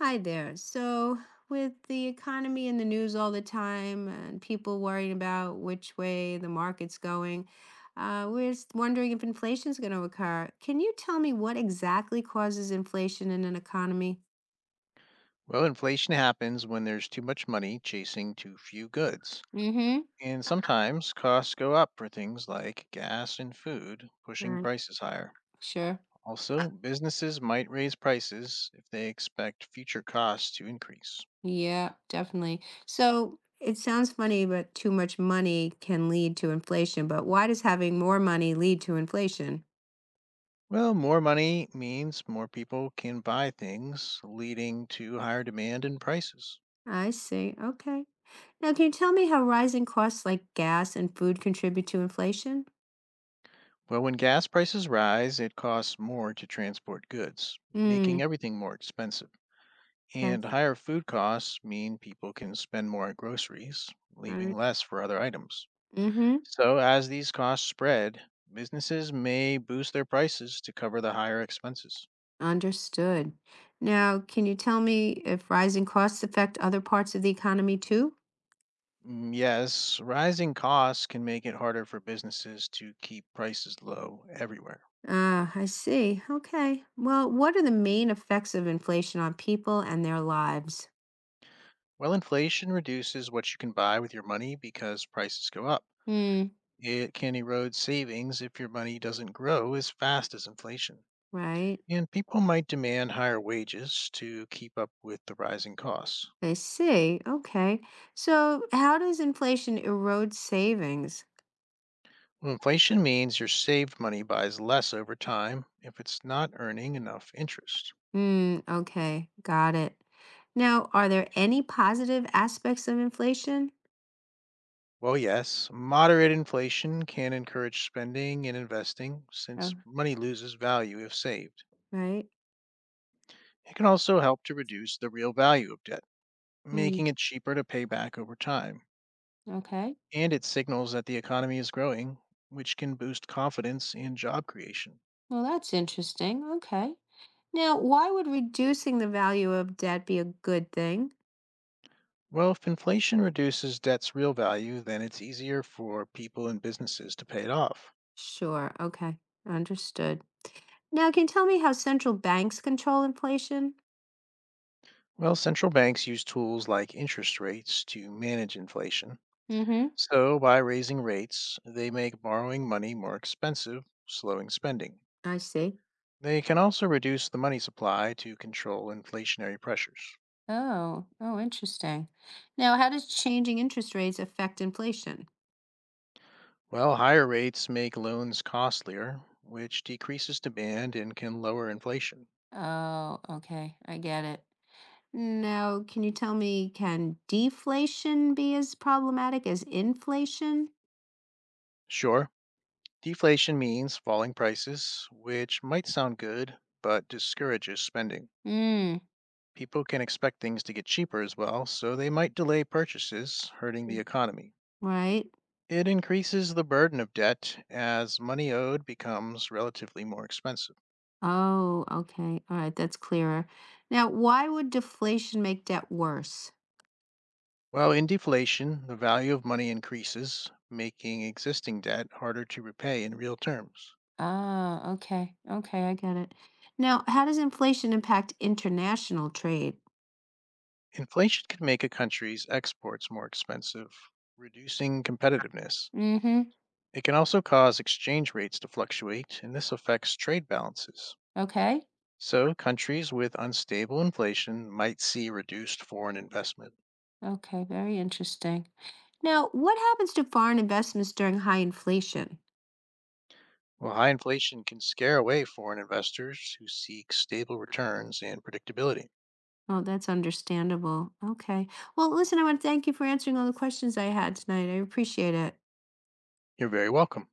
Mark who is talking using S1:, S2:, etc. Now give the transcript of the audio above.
S1: Hi there. So, with the economy in the news all the time and people worrying about which way the market's going, we're just wondering if inflation's going to occur. Can you tell me what exactly causes inflation in an economy?
S2: Well, inflation happens when there's too much money chasing too few goods.
S1: Mm-hmm.
S2: And sometimes costs go up for things like gas and food, pushing
S1: Right.
S2: prices higher.
S1: Sure.
S2: Also, businesses might raise prices if they expect future costs to increase.
S1: Yeah, definitely. So, it sounds funny, but too much money can lead to inflation. But why does having more money lead to inflation?
S2: Well, more money means more people can buy things, leading to higher demand and prices.
S1: I see. Okay. Now, can you tell me how rising costs like gas and food contribute to inflation?
S2: Well, when gas prices rise, it costs more to transport goods,
S1: Mm,
S2: making everything more expensive. And
S1: that's
S2: higher food costs mean people can spend more on groceries,
S1: all
S2: leaving
S1: right.
S2: less for other items.
S1: Mm-hmm.
S2: So, as these costs spread, businesses may boost their prices to cover the higher expenses.
S1: Understood. Now, can you tell me if rising costs affect other parts of the economy too?
S2: Yes, rising costs can make it harder for businesses to keep prices low everywhere.
S1: Ah, I see. Okay. Well, what are the main effects of inflation on people and their lives?
S2: While inflation reduces what you can buy with your money because prices go up,
S1: Hmm.
S2: it can erode savings if your money doesn't grow as fast as inflation.
S1: Right.
S2: And people might demand higher wages to keep up with the rising costs.
S1: I see. Okay. So, how does inflation erode savings?
S2: Well, inflation means your saved money buys less over time if it's not earning enough interest.
S1: Mm, okay, got it. Now, are there any positive aspects of inflation?
S2: Well, yes, moderate inflation can encourage spending and investing since
S1: Oh,
S2: money loses value if saved.
S1: right.
S2: It can also help to reduce the real value of debt,
S1: Mm,
S2: making it cheaper to pay back over time.
S1: okay.
S2: And it signals that the economy is growing, which can boost confidence in job creation.
S1: Well, that's interesting. Okay. Now, why would reducing the value of debt be a good thing?
S2: Well, if inflation reduces debt's real value, then it's easier for people and businesses to pay it off.
S1: Sure. Okay. Understood. Now, can you tell me how central banks control inflation?
S2: Well, central banks use tools like interest rates to manage inflation.
S1: Mm-hmm.
S2: So, by raising rates, they make borrowing money more expensive, slowing spending.
S1: I see.
S2: They can also reduce the money supply to control inflationary pressures.
S1: Oh, oh, interesting. Now, how does changing interest rates affect inflation?
S2: Well, higher rates make loans costlier, which decreases demand and can lower inflation.
S1: Oh, okay. I get it. Now, can you tell me, can deflation be as problematic as inflation?
S2: Sure. Deflation means falling prices, which might sound good, but discourages spending.
S1: Mm.
S2: People can expect things to get cheaper as well, so they might delay purchases, hurting the economy.
S1: Right?
S2: It increases the burden of debt as money owed becomes relatively more expensive.
S1: Oh, okay. All right, that's clearer. Now, why would deflation make debt worse?
S2: While in deflation, the value of money increases, making existing debt harder to repay in real terms.
S1: Ah, okay. Okay. I get it. Now, how does inflation impact international trade?
S2: Inflation can make a country's exports more expensive, reducing competitiveness.
S1: Mm-hmm.
S2: It can also cause exchange rates to fluctuate, and this affects trade balances.
S1: Okay.
S2: So, countries with unstable inflation might see reduced foreign investment.
S1: Okay. Very interesting. Now, what happens to foreign investments during high inflation?
S2: Well, high inflation can scare away foreign investors who seek stable returns and predictability.
S1: Oh, that's understandable. Okay. Well, listen, I want to thank you for answering all the questions I had tonight. I appreciate it.
S2: You're very welcome.